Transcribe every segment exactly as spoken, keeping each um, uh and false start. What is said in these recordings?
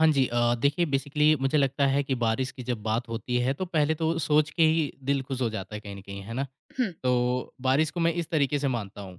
हाँ जी अ, देखिए बेसिकली मुझे लगता है कि बारिश की जब बात होती है तो पहले तो सोच के ही दिल खुश हो जाता है कहीं न कहीं, है ना? हुँ, तो बारिश को मैं इस तरीके से मानता हूँ।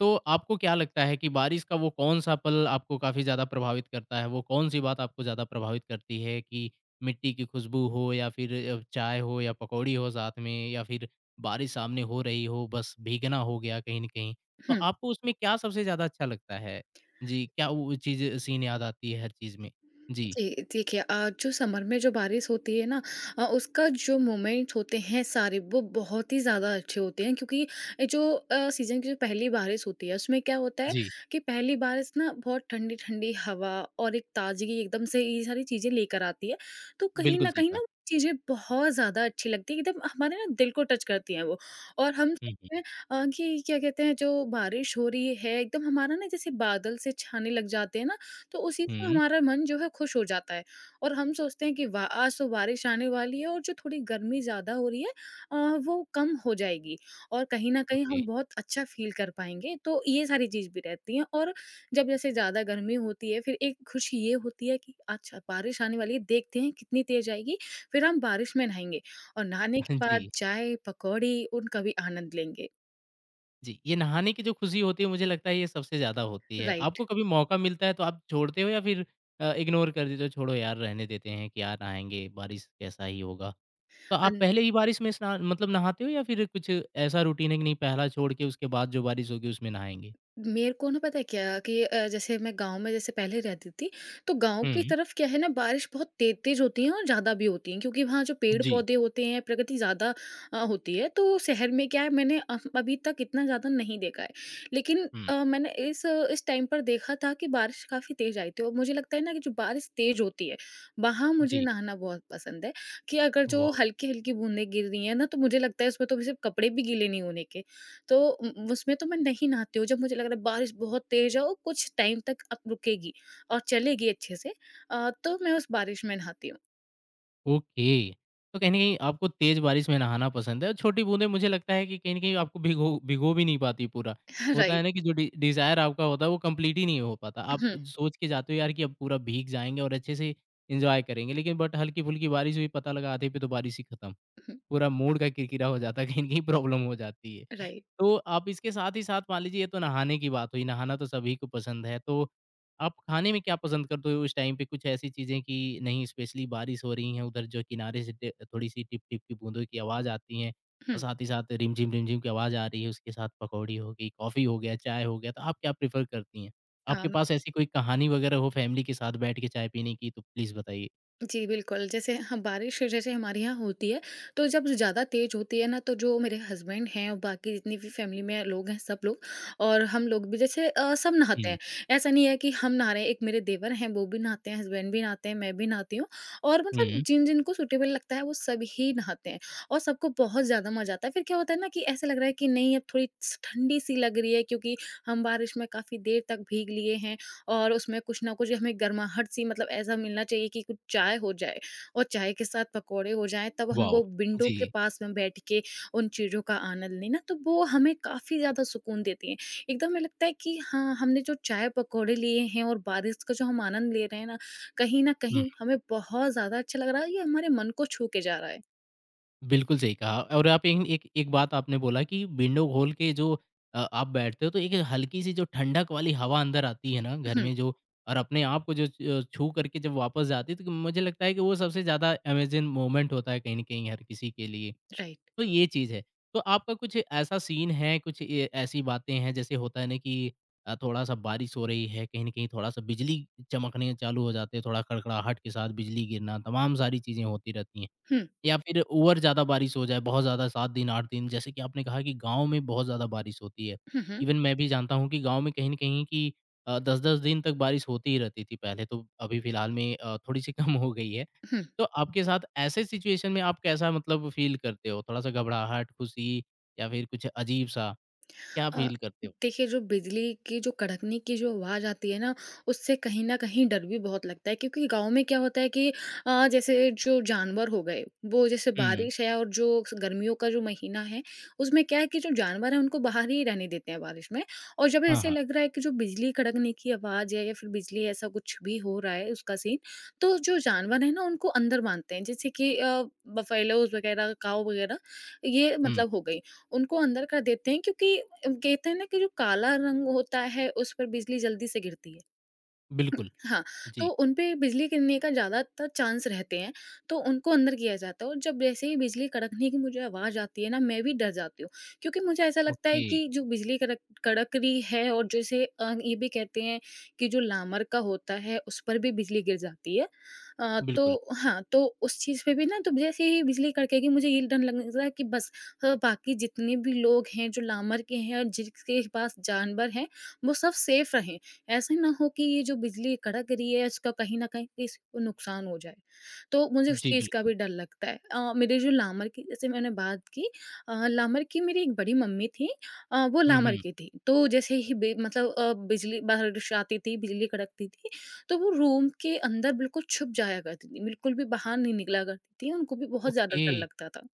तो आपको क्या लगता है कि बारिश का वो कौन-सा पल आपको काफ़ी ज़्यादा प्रभावित करता है? वो कौन-सी बात आपको ज़्यादा प्रभावित करती है कि मिट्टी की खुशबू हो या फिर अ, चाय हो या पकौड़ी हो साथ में या फिर बारिश सामने हो रही हो, बस भीगना हो गया कहीं न कहीं। तो हुँ। आपको उसमें क्या सबसे ज़्यादा अच्छा लगता है? जी, क्या वो चीज़ सीन याद आती है हर चीज़ में? जी, जी, देखिए अ, जो समर में जो बारिश होती है ना अ, उसका जो मोमेंट होते हैं सारे वो बहुत ही ज़्यादा अच्छे होते हैं क्योंकि ये जो अ, सीज़न की जो पहली बारिश होती है उसमें क्या होता है जी। कि पहली बारिश ना बहुत ठंडी-ठंडी हवा और एक ताज़गी एकदम से ये सारी चीज़ें लेकर आती है। तो कहीं बिल्कुल न कहीं सीखा। ना चीज़ें बहुत ज़्यादा अच्छी लगती है एकदम हमारे ना दिल को टच करती हैं वो। और हम हुँ, हुँ। सोचते हैं अ, कि क्या कहते हैं जो बारिश हो रही है एकदम हमारा ना जैसे बादल से छाने लग जाते हैं ना तो उसी से हुँ, हमारा मन जो है खुश हो जाता है और हम सोचते हैं कि वाह आज तो बारिश आने वाली है और जो थोड़ी गर्मी ज़्यादा हो रही है अ, वो कम हो जाएगी और कहीं न कहीं ओके। हम बहुत अच्छा फ़ील कर पाएँगे। तो ये सारी चीज़ भी रहती है और जब जैसे ज़्यादा गर्मी होती है, फिर एक खुशी ये होती है कि अच्छा बारिश आने वाली है, देखते हैं कितनी तेज़ आएगी, फिर हम बारिश में नहाएँगे और नहाने के बाद जी, चाय, पकौड़ी उनका भी आनंद लेंगे। जी। ये नहाने की जो खुशी होती है मुझे लगता है ये सबसे ज़्यादा होती है। राइट। आपको कभी मौका मिलता है तो आप छोड़ते हो या फिर अ, इग्नोर कर देते हो छोड़ो यार रहने देते हैं कि यार नहाएँगे, बारिश कैसा ही होगा। तो आप अन पहले ही बारिश में स्नान मतलब नहाते हो या फिर कुछ ऐसा रूटीन है कि नहीं पहला छोड़ के उसके बाद जो बारिश होगी उसमें नहाएँगे? मेरे को ना पता है क्या कि अ, जैसे मैं गाँव में जैसे पहले रहती थी, तो गाँव की हुँ। तरफ क्या है ना बारिश बहुत तेज़-तेज़ होती है और ज़्यादा भी होती है क्योंकि वहाँ जो जी। पेड़-पौधे होते हैं, प्रकृति ज़्यादा अ, होती है। तो शहर में क्या है मैंने अ, अभी तक इतना ज़्यादा नहीं देखा है। लेकिन हुँ, अ, मैंने इस अ, इस टाइम पर देखा था कि बारिश काफ़ी तेज़ आई थी और मुझे लगता है ना कि जो बारिश तेज़ होती है, वहाँ मुझे जी। नहाना बहुत पसंद है कि अगर जो वाह! हल्की-हल्की बूँदें गिर रही हैं ना, तो मुझे लगता है उसमें तो सिर्फ़ कपड़े भी गीले नहीं होने के, तो उ उसमें तो मैं नहीं नहाती हूँ, जब मुझे लग रहा है बारिश बहुत तेज़ है और कुछ टाइम तक अब रुकेगी और चलेगी अच्छे से अ, तो मैं उस बारिश में नहाती हूँ। ओके। तो कहीं न कहीं आपको तेज़ बारिश में नहाना पसंद है और छोटी बूँदें मुझे लगता है कि कहीं न कहीं आपको भिगो भिगो भी नहीं पाती पूरा। होता है राइट। ना कि जो डि डिज़ायर आपका होता है वो कंप्लीट ही नहीं हो पाता। आप हुँ, सोच के जाते हो यार कि अब पूरा भीग जाएँगे और अच्छे से एन्जॉय करेंगे लेकिन बट हल्की-फुल्की बारिश हुई पता लगा आधे पे तो बारिश ही खत्म। हुँ, पूरा मूड का किरकिरा हो जाता है, कहीं न कहीं प्रॉब्लम हो जाती है। राइट। तो आप इसके साथ ही साथ मान लीजिए ये तो नहाने की बात हुई, नहाना तो सभी को पसंद है, तो आप खाने में क्या पसंद करते हो उस टाइम पे? कुछ ऐसी चीज़ें कि नहीं स्पेशली बारिश हो रही है उधर जो किनारे से टे थोड़ी-सी टिप-टिप की बूंदों की आवाज़ आती है और हुँ। साथ ही साथ रिमझिम, रिमझिम की आवाज़ आ रही है, उसके साथ पकौड़ी हो गई, कॉफ़ी हो गया, चाय हो गया, तो आप क्या प्रेफ़र करती हैं? अ, आपके पास ऐसी कोई कहानी वगैरह हो फैमिली के साथ बैठ के चाय पीने की तो प्लीज़ बताइए? जी, बिल्कुल। जैसे हाँ, बारिश जैसे हमारे यहाँ होती है, तो जब ज़्यादा तेज़ होती है ना, तो जो मेरे हस्बैंड हैं और बाकी जितनी भी फैमिली में लोग हैं, सब लोग और हम लोग भी जैसे अ, सब नहाते हुँ, हैं। ऐसा नहीं है कि हम नहा रहे हैं, एक मेरे देवर हैं, वो भी नहाते हैं, हस्बैंड भी नहाते हैं, मैं भी नहाती हूँ और मतलब हुँ, जिन-जिनको सूटेबल लगता है, वो सभी नहाते हैं और सबको बहुत ज़्यादा मज़ा आता है। फिर क्या होता है ना कि ऐसा लग रहा है कि नहीं, अब थोड़ी स ठंडी-सी लग रही है क्योंकि हम बारिश में काफ़ी देर तक भीग लिए हैं और उसमें कुछ ना कुछ हमें गर्माहट सी मतलब ऐसा मिलना चाहिए कि कुछ चाय हो जाए और चाय के साथ पकौड़े हो जाएँ, तब हम वॉव! वो विंडो जी। के पास में बैठ के उन चीज़ों का आनंद लें ना, तो वो हमें काफ़ी ज़्यादा सुकून देती हैं। एकदम हमें लगता है कि हाँ, हमने जो चाय पकौड़े लिए हैं और बारिश का जो हम आनंद ले रहे हैं ना, कहीं न कहीं हमें बहुत ज़्यादा अच्छा लग रहा है, ये हमारे मन को छू के जा रहा है। बिल्कुल सही कहा और आप एक एक एक बात आपने बोला कि विंडो खोल के जो अ, आप बैठते हो तो एक हल्की सी जो ठंडक वाली हवा अंदर आती है ना घर हुँ, में जो और अपने आप को जो छ- छू करके जब वापस जाती है तो मुझे लगता है कि वो सबसे ज़्यादा अमेजिंग मोमेंट होता है कहीं ना कहीं हर किसी के लिए राइट। तो ये चीज़ है तो आपका कुछ ऐसा सीन है कुछ ए- ऐसी बातें हैं जैसे होता है ना कि अ, थोड़ा सा बारिश हो रही है कहीं ना कहीं थोड़ा सा बिजली चमकने चालू हो जाते हैं थोड़ा कड़कड़ाहट के साथ बिजली गिरना तमाम सारी चीज़ें होती रहती हैं हुँ, या फिर ओवर ज़्यादा बारिश हो जाए, बहुत ज़्यादा सात दिन, आठ दिन, जैसे कि आपने कहा कि गाँव में बहुत ज़्यादा बारिश होती है। हुँ, हुँ, इवन मैं भी जानता हूँ कि गाँव में कहीं न कहीं कि अ, दस-दस दिन तक बारिश होती ही रहती थी पहले तो, अभी फ़िलहाल में अ, थोड़ी-सी कम हो गई है। हुँ। तो आपके साथ ऐसे सिचुएशन में आप कैसा मतलब फ़ील करते हो? थोड़ा-सा घबराहट, खुशी या फिर कुछ अजीब-सा, क्या अ, फ़ील करते हो? देखिए जो बिजली की जो कड़कने की जो आवाज़ आती है ना, उससे कहीं न कहीं डर भी बहुत लगता है क्योंकि गाँव में क्या होता है कि अ, जैसे जो जानवर हो गए, वो जैसे हुँ। बारिश है और जो गर्मियों का जो महीना है, उसमें क्या है कि जो जानवर हैं उनको बाहर ही रहने देते हैं बारिश में और जब हाँ, ऐसे हाँ। लग रहा है कि जो बिजली कड़कने की आवाज़ है या फिर बिजली ऐसा कुछ भी हो रहा है उसका सीन, तो जो जानवर है ना उनको अंदर बाँधते हैं। जैसे कि अ, बफ़ेलोज़ वग़ैरह, काऊ वग़ैरह ये हुँ, मतलब हो गई, उनको अंदर कर देते हैं क्योंकि कहते हैं ना कि जो काला रंग होता है उस पर बिजली जल्दी से गिरती है। बिल्कुल। हाँ, तो जी। उनपे बिजली गिरने का ज़्यादातर चांस रहते हैं, तो उनको अंदर किया जाता है और जब जैसे ही बिजली कड़कने की मुझे आवाज़ आती है ना, मैं भी डर जाती हूँ। क्योंकि मुझे ऐसा लगता है ओके, कि जो बिजली कड़क कड़क रही है और जैसे अ, ये भी कहते हैं कि जो लामर का होता है, उस पर भी बिजली गिर जाती है। अ, तो बिल्कुल। हाँ, तो उस चीज़ पे भी ना तो जैसे ही बिजली कड़केगी मुझे ये डर लगने लगता है कि बस अ, बाकी जितने भी लोग हैं, जो लामर के हैं और जिसके पास जानवर हैं, वो सब सेफ रहें। ऐसे ना हो कि ये जो बिजली कड़क रही है इसका कहीं न कहीं किसी को नुकसान हो जाए। तो मुझे उस जी, चीज़ का बिल्कुल। भी डर लगता है। अ, मेरे जो लामर की जैसे मैंने बात की अ, लामर की मेरी एक बड़ी मम्मी थी अ, वो हुँ, लामर हुँ। की थी। तो जैसे ही बे मतलब अ, बिजली बारिश आती थी, बिजली कड़कती थी, तो वो रूम के अंदर बिल्कुल छुप जाया करती थी, बिल्कुल भी बाहर नहीं निकला करती थी। उनको भी बहुत ज़्यादा ओके, डर लगता था।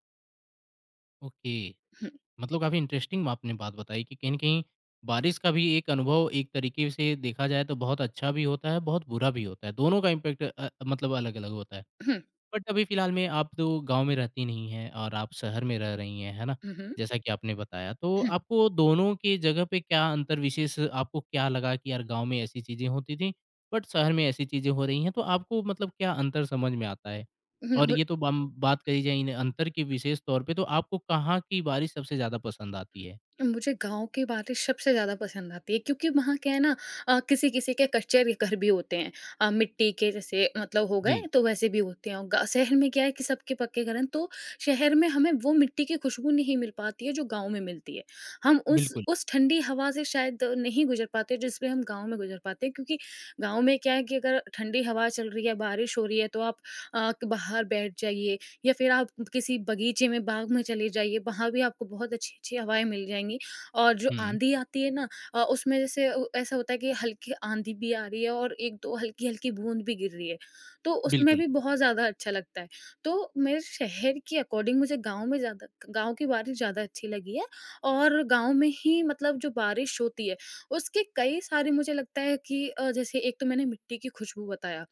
ओके। हुँ, मतलब काफ़ी इंटरेस्टिंग आपने बात बताई कि कहीं न कहीं बारिश का भी एक अनुभव एक तरीके से देखा जाए तो बहुत अच्छा भी होता है, बहुत बुरा भी होता है। दोनों का इम्पैक्ट अ, मतलब अलग-अलग होता है। हुँ, बट अभी फ़िलहाल में आप तो गाँव में रहती नहीं हैं और आप शहर में रह रही हैं, है ना? हुँ, हुँ, जैसा कि आपने बताया, तो हुँ, आपको दोनों की जगह पे क्या अंतर विशेष आपको क्या लगा कि यार गाँव में ऐसी चीज़ें होती थी, बट शहर में ऐसी चीज़ें हो रही हैं, तो आपको मतलब क्या अंतर समझ में आता है? हुँ, और ये तो बम बात करी जाए इन अंतर की विशेष तौर पे, तो आपको कहाँ की बारिश सबसे ज़्यादा पसंद आती है? मुझे गाँव की बारिश सबसे ज़्यादा पसंद आती है क्योंकि वहाँ क्या है ना अ, किसी-किसी के कच्चे रे घर भी होते हैं। अ, मिट्टी के जैसे मतलब हो गए जी, तो वैसे भी होते हैं और ग शहर में क्या है कि सबके पक्के घर हैं तो शहर में हमें वो मिट्टी की खुशबू नहीं मिल पाती है जो गाँव में मिलती है। हम उस बिल्कुल। उस ठंडी हवा से शायद नहीं गुज़र पाते जिसमें हम गाँव में गुज़र पाते हैं क्योंकि गाँव में क्या है कि अगर ठंडी हवा चल रही है, बारिश हो रही है तो आप अ, क बाहर बैठ जाइए या फिर आप किसी बगीचे में, बाग में चले जाइए, वहाँ भी आपको बहुत अच्छी-अच्छी हवाएँ मिल जाएँगी। और जो हुँ, आँधी आती है ना अ, उसमें जैसे अ, ऐसा होता है कि हल्की आँधी भी आ रही है और एक दो हल्की-हल्की बूँद भी गिर रही है, तो उसमें बिल्कुल। भी बहुत ज़्यादा अच्छा लगता है। तो मेरे शहर के अकॉर्डिंग मुझे गाँव में ज़्यादा गाँव की बारिश ज़्यादा अच्छी लगी है और गाँव में ही मतलब जो बारिश होती है, उसके कई सारे मुझे लगता है कि अ, जैसे एक तो मैंने मिट्टी की खुशबू बताया।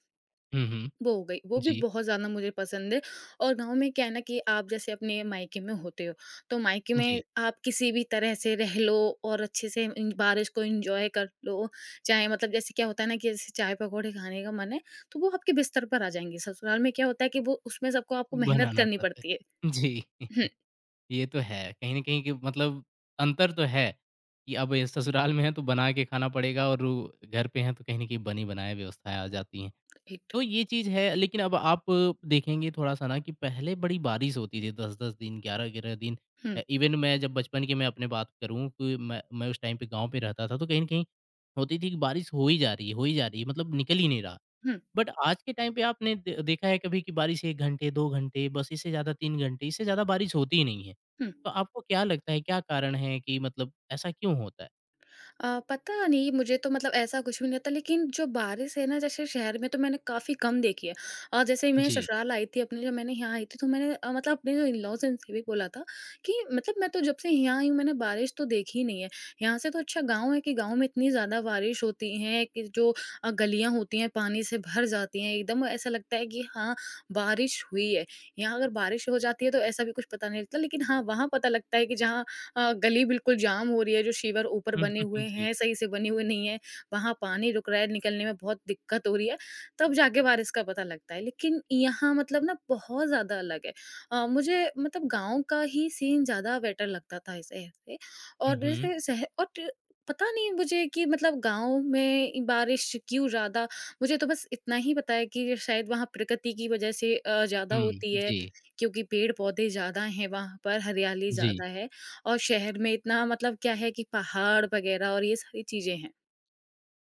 हुँ, हुँ। वो हो गई, वो भी जी, बहुत ज़्यादा मुझे पसंद है और गाँव में क्या है ना कि आप जैसे अपने मायके में होते हो, तो मायके जी, में आप किसी भी तरह से रह लो और अच्छे से इन बारिश को एन्जॉय कर लो, चाहे मतलब जैसे क्या होता है ना कि जैसे चाय-पकौड़े खाने का मन है, तो वो आपके बिस्तर पर आ जाएँगे। ससुराल में क्या होता है कि वो उसमें सबको आपको मेहनत बनाना करनी पड़ता पड़ती है। है। जी। हुँ, ये तो है। कहीं न कहीं कि मतलब अंतर तो है, कि अब ये ससुराल में है तो बना के खाना पड़ेगा और वो घर पे हैं तो कहीं न कहीं बनी-बनाई व्यवस्थाएँ आ जाती हैं। आठ तो ये चीज़ है लेकिन अब आप देखेंगे थोड़ा-सा ना कि पहले बड़ी बारिश होती थी दस-दस दिन, ग्यारह-ग्यारह दिन हुँ, अ, इवन मैं जब बचपन की मैं अपने बात करूँ कि मैं मैं उस टाइम पे गाँव पे रहता था तो कहीं न कहीं होती थी कि बारिश हो ही जा रही है, हो ही जा रही है मतलब निकल ही नहीं रहा। हुँ, बट आज के टाइम पे आपने दे देखा है कभी कि बारिश एक घंटे, दो घंटे बस इससे ज़्यादा तीन घंटे, इससे ज़्यादा बारिश होती ही नहीं है। हुँ। तो आपको क्या लगता है क्या कारण है कि मतलब ऐसा क्यों होता है? अ, पता नहीं मुझे तो मतलब ऐसा कुछ भी नहीं होता लेकिन जो बारिश है ना जैसे शहर में तो मैंने काफ़ी कम देखी है। अ, जैसे ही मैं जी। ससुराल आई थी अपने जब मैंने यहाँ आई थी तो मैंने अ, मतलब अपने जो इन-लॉज़ हैं उनसे भी बोला था कि मतलब मैं तो जब से यहाँ आई हूँ मैंने बारिश तो देखी ही नहीं है। यहाँ से तो अच्छा गाँव है कि गाँव में इतनी ज़्यादा बारिश होती है कि जो अ, गलियाँ होती हैं पानी से भर जाती हैं एकदम ऐसा लगता है कि हाँ, बारिश हुई है। यहाँ अगर बारिश हो जाती है तो ऐसा भी कुछ पता नहीं लगता लेकिन हाँ, वहाँ पता लगता है कि जहाँ अ, गली बिल्कुल जाम हो रही है, जो शिवर ऊपर हुँ, बने हुँ, हुए हुँ, जी। हैं, सही से बने हुए नहीं है, वहाँ पानी रुक रहा है, निकलने में बहुत दिक्कत हो रही है, तब जाके बारिश का पता लगता है। लेकिन यहाँ मतलब ना बहुत ज़्यादा अलग है। अ, मुझे मतलब गाँव का ही सीन ज़्यादा बेटर लगता था इस शहर से हुँ, और हुँ। जैसे शहर और ट पता नहीं मुझे कि मतलब गाँव में इ- बारिश क्यों ज़्यादा मुझे तो बस इतना ही पता है कि शायद वहाँ प्रकृति की वजह से अ, ज़्यादा हुँ, होती है, जी, क्योंकि पेड़-पौधे ज़्यादा हैं वहाँ पर, हरियाली जी। ज़्यादा है। और शहर में इतना मतलब क्या है कि पहाड़ वगैरह और ये सारी चीज़ें हैं।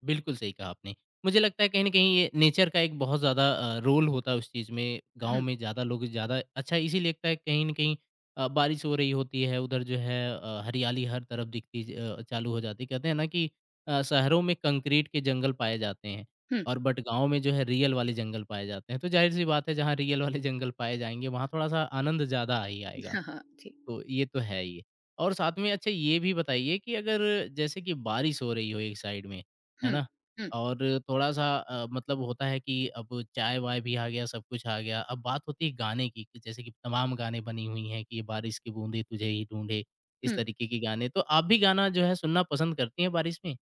बिल्कुल सही कहा आपने। मुझे लगता है कहीं न कहीं ये नेचर का एक बहुत ज़्यादा अ, रोल होता है उस चीज़ में, गाँव हुँ, में ज़्यादा लोग ज़्यादा अच्छा इसीलिए लगता है कहीं न कहीं अ, बारिश हो रही होती है, उधर जो है अ, हरियाली हर तरफ दिखती ज अ, चालू हो जाती है। कहते हैं ना कि अ, शहरों में कंक्रीट के जंगल पाए जाते हैं हुँ, और बट गाँव में जो है रियल वाले जंगल पाए जाते हैं। तो ज़ाहिर-सी बात है जहाँ रियल वाले जंगल पाए जाएँगे, वहाँ थोड़ा-सा आनंद ज़्यादा आ ही आएगा। हाँ, हाँ, जी। तो ये तो है ही। और साथ में अच्छा ये भी बताइए कि अगर जैसे कि बारिश हो रही हो एक साइड में, है हुँ, ना? हुँ, और थोड़ा-सा अ, मतलब होता है कि अब चाय-वाय भी आ गया, सब कुछ आ गया। अब बात होती है गाने की कि जैसे कि तमाम गाने बनी हुई हैं कि ये बारिश की बूंदें तुझे ही ढूँढे, इस हुँ। तरीके के गाने। तो आप भी गाना जो है सुनना पसंद करती हैं बारिश में?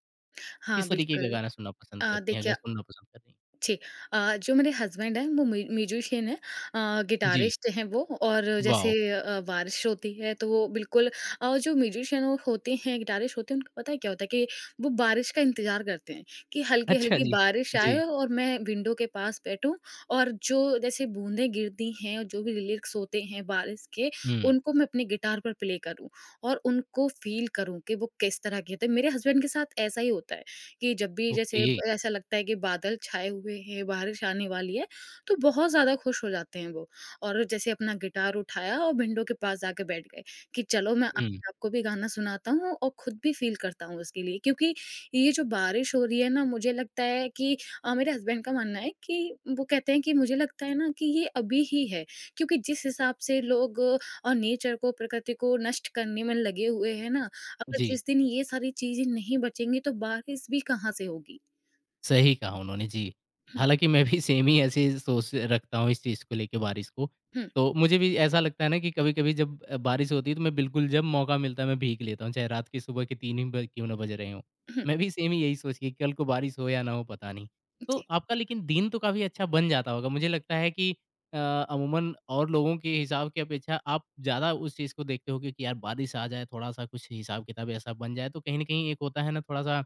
हाँ, किस तरीके का बिल्कुल। गाना सुनना पसंद अ, करती हैं अगर देखिए सुनना पसंद कर रही हैं? जी। अ, जो मेरे हस्बैंड हैं वो म्यू म्यूजिशियन हैं अ, जी, गिटारिस्ट हैं वो और वाओ! जैसे अ, बारिश होती है तो वो बिल्कुल अ, जो म्यूजिशियन वो होते हैं गिटारिस्ट होते हैं उनको पता है क्या होता है कि वो बारिश का इंतज़ार करते हैं कि अच्छा हल्की-हल्की जी। बारिश जी। आए और मैं विंडो के पास बैठूँ और जो जैसे बूँदें गिरती हैं और जो भी लिरिक्स होते हैं बारिश के हुँ, उनको मैं अपने गिटार पर प्ले करूँ और उनको फ़ील करूँ कि वो किस तरह के होते हैं। मेरे हस्बैंड के साथ ऐसा ही होता है। कि जब भी जैसे ओके। ऐसा लगता है कि बादल छाए हुए हैं बारिश आने वाली है, तो बहुत ज़्यादा खुश हो जाते हैं वो। और जैसे अपना गिटार उठाया और विंडो के पास जाके बैठ गए कि चलो मैं आज हुँ, आपको भी गाना सुनाता हूँ और खुद भी फील करता हूँ उसके लिए। क्योंकि ये जो बारिश हो रही है ना मुझे लगता है कि अ, मेरे हस्बैंड का मानना है कि वो कहते हैं कि मुझे लगता है ना कि ये अभी ही है। क्योंकि जिस हिसाब से लोग अ, और नेचर को, प्रकृति को नष्ट करने में लगे हुए हैं ना, अगर जी। जिस दिन ये सारी चीज़ें नहीं बचेंगी तो बारिश भी कहाँ से होगी? सही कहा उन्होंने, जी। हुँ, हालाँकि मैं भी सेम ही ऐसी सोच रखता हूँ इस चीज़ को लेके बारिश को। हुँ, तो मुझे भी ऐसा लगता है ना कि कभी-कभी जब अ, बारिश होती है तो मैं बिल्कुल जब मौका मिलता है मैं भीग लेता हूँ, चाहे रात के सुबह के तीन ही ब क्यों ना बज रहे हों। हुँ, मैं भी सेम ही यही सोच के कल को बारिश हो या ना हो पता नहीं। तो जी, आपका लेकिन दिन तो काफ़ी अच्छा बन जाता होगा। मुझे लगता है कि अ, अमूमन और लोगों के हिसाब की अपेक्षा आप ज़्यादा उस चीज़ को देखते होगे कि यार बारिश आ जाए थोड़ा-सा कुछ हिसाब-किताब ऐसा बन जाए तो कहीं न कहीं एक होता है ना थोड़ा-सा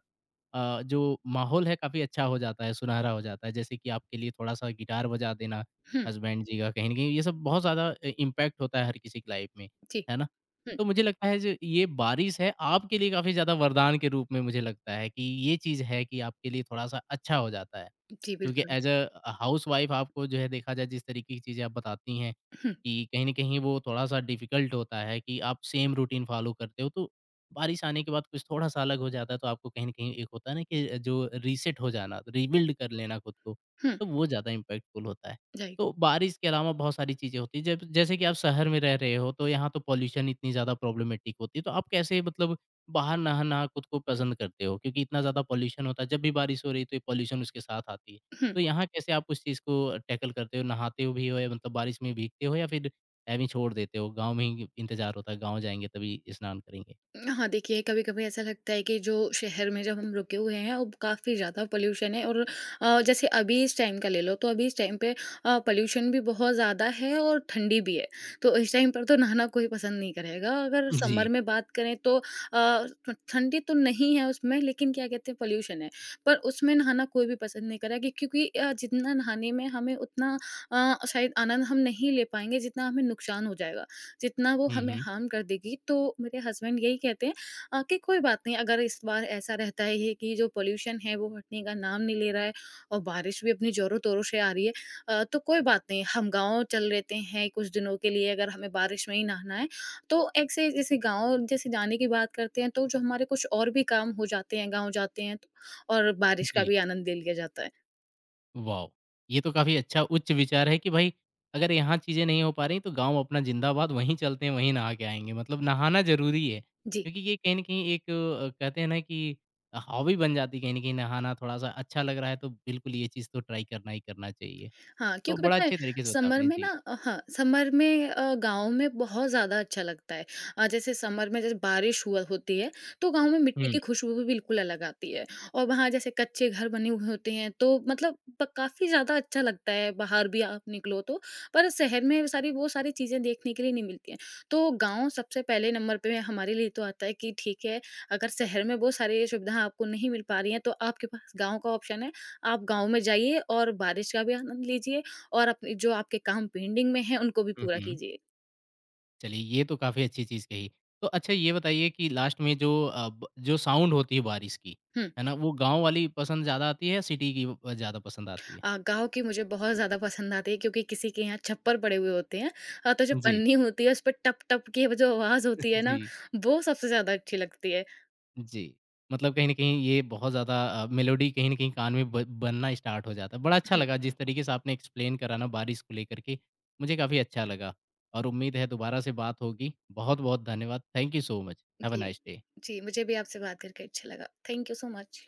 अ, जो माहौल है काफ़ी अच्छा हो जाता है, सुनहरा हो जाता है। जैसे कि आपके लिए थोड़ा-सा गिटार बजा देना हुँ, हस्बैंड जी का, कहीं न कहीं ये सब बहुत ज़्यादा अ, इम्पैक्ट होता है हर किसी की लाइफ़ में, जी, है ना? हुँ, तो मुझे लगता है जो ये बारिश है आपके लिए काफ़ी ज़्यादा वरदान के रूप में मुझे लगता है कि ये चीज़ है कि आपके लिए थोड़ा-सा अच्छा हो जाता है। जी, क्योंकि बिल्कुल। एज़ अ, हाउसवाइफ़ आपको जो है देखा जाए जिस तरीके की चीज़ें आप बताती हैं हुँ, कि कहीं न कहीं वो थोड़ा-सा डिफ़िकल्ट होता है कि आप सेम रूटीन फ़ॉलो करते हो तो बारिश आने के बाद कुछ थोड़ा-सा अलग हो जाता है, तो आपको कहीं न कहीं एक होता है ना कि जो रीसेट हो जाना, रिबिल्ड कर लेना खुद को, हुँ, तो वो ज़्यादा इम्पैक्टफुल होता है। राइट, तो बारिश के अलावा बहुत सारी चीज़ें होती हैं, जब जैसे कि आप शहर में रह रहे हो, तो यहाँ तो पॉल्यूशन इतनी ज़्यादा प्रॉब्लमैटिक होती है, तो आप कैसे मतलब बाहर नहा-नहा खुद को पसंद करते हो? क्योंकि इतना ज़्यादा पॉल्यूशन होता है, जब भी बारिश हो रही है, तो ये पॉल्यूशन उसके साथ आती है। हुँ। तो यहाँ कैसे आप उस चीज़ को टैकल करते हो? नहाते हो भी हो या मतलब बारिश में भीगते हो या फिर ऐवें ही छोड़ देते हो, गाँव में ही इंतज़ार होता है, गाँव जाएँगे तभी स्नान करेंगे? हाँ, देखिए कभी-कभी ऐसा लगता है कि जो शहर में जब हम रुके हुए हैं, अब काफ़ी ज़्यादा पॉल्यूशन है। और अ, जैसे अभी इस टाइम का ले लो, तो अभी इस टाइम पे अ, पॉल्यूशन भी बहुत ज़्यादा है और ठंडी भी है। तो इस टाइम पर तो नहाना कोई पसंद नहीं करेगा। अगर जी। समर में बात करें तो अ, ठ ठंडी तो नहीं है उसमें, लेकिन क्या कहते हैं पॉल्यूशन है। पर उसमें नहाना कोई भी पसंद नहीं करेगा, क्योंकि अ, जितना नहाने में हमें उतना अ, शायद आनंद हम नहीं ले पाएँगे, जितना हमें नुकसान हो जाएगा। जितना वो हुँ, हमें हुँ। हार्म कर देगी। तो मेरे हस्बैंड यही कहते हैं, अ, कि कोई बात नहीं, अगर इस बार ऐसा रहता है ये कि जो पॉल्यूशन है वो हटने का नाम नहीं ले रहा है और बारिश भी अपनी ज़ोरों-तोरों से आ रही है, अ, तो कोई बात नहीं, हम गाँव चल लेते हैं कुछ दिनों के लिए, अगर हमें बारिश में ही नहाना है। तो एक से जैसे गाँव जैसे जाने की बात करते हैं तो जो हमारे कुछ और भी काम हो जाते हैं, गाँव जाते हैं तो और बारिश का जी, भी आनंद ले लिया जाता है। वाओ! ये तो काफ़ी अच्छा उच्च विचार है कि भाई अगर यहाँ चीज़ें नहीं हो पा रही तो गाँव अपना ज़िंदाबाद वहीं चलते हैं, वहीं नहा के आएँगे। मतलब नहाना ज़रूरी है, जी। क्योंकि ये कहीं न कहीं एक अ, कहते हैं ना कि हॉबी बन जाती है कहीं न कहीं नहाना थोड़ा-सा अच्छा लग रहा है तो बिल्कुल ये चीज़ तो ट्राई करना ही करना चाहिए। हाँ, तो क्योंकि बड़ा पता है अच्छे तरीके से बताया समर आपने। में ना जी। अ, हाँ, समर में अ, गाँव में बहुत ज़्यादा अच्छा लगता है। अ, जैसे समर में जैसे बारिश हुआ होती है, तो गाँव में मिट्टी हुँ। की खुशबू भी बिल्कुल अलग आती है। और वहाँ जैसे कच्चे घर बने हुए होते हैं, तो मतलब ब काफ़ी ज़्यादा अच्छा लगता है, बाहर भी आप निकलो तो। पर शहर में सारी वो सारी चीज़ें देखने के लिए नहीं मिलती हैं। तो गाँव सबसे पहले नंबर पे हमारे लिए तो आता है कि ठीक है, अगर शहर में वो सारी सुविधाएँ आपको नहीं मिल पा रही हैं, तो आपके पास गाँव का ऑप्शन है। आप गाँव में जाइए और बारिश का भी आनंद लीजिए और अपने जो आपके काम पेंडिंग में हैं, उनको भी हुँ, पूरा हुँ। कीजिए। चलिए, ये तो काफ़ी अच्छी चीज़ कही। तो अच्छा ये बताइए कि लास्ट में जो अ, ब जो साउंड होती है बारिश की, हुँ। है ना? वो गाँव वाली पसंद ज़्यादा आती है या सिटी की अ, ज़्यादा पसंद आती है? अ, गाँव की मुझे बहुत ज़्यादा पसंद आती है क्योंकि किसी के यहाँ छप्पर पड़े हुए होते हैं। अ, तो जो जी। पन्नी होती है उस पे टप-टप की वो जो आवाज़ होती है ना, जी, वो सबसे ज़्यादा अच्छी लगती है। जी। मतलब कहीं न कहीं ये बहुत ज़्यादा अ, मेलोडी कहीं न कहीं कान में ब बनना स्टार्ट हो जाता है। बड़ा अच्छा हुँ, लगा जिस तरीके से आपने एक्सप्लेन करा ना बारिश को लेकर के, मुझे काफ़ी अच्छा लगा और उम्मीद है दोबारा से बात होगी। बहुत-बहुत धन्यवाद। Thank you so much. Have a जी। Nice day. जी, मुझे भी आपसे बात करके अच्छा लगा। Thank you so much.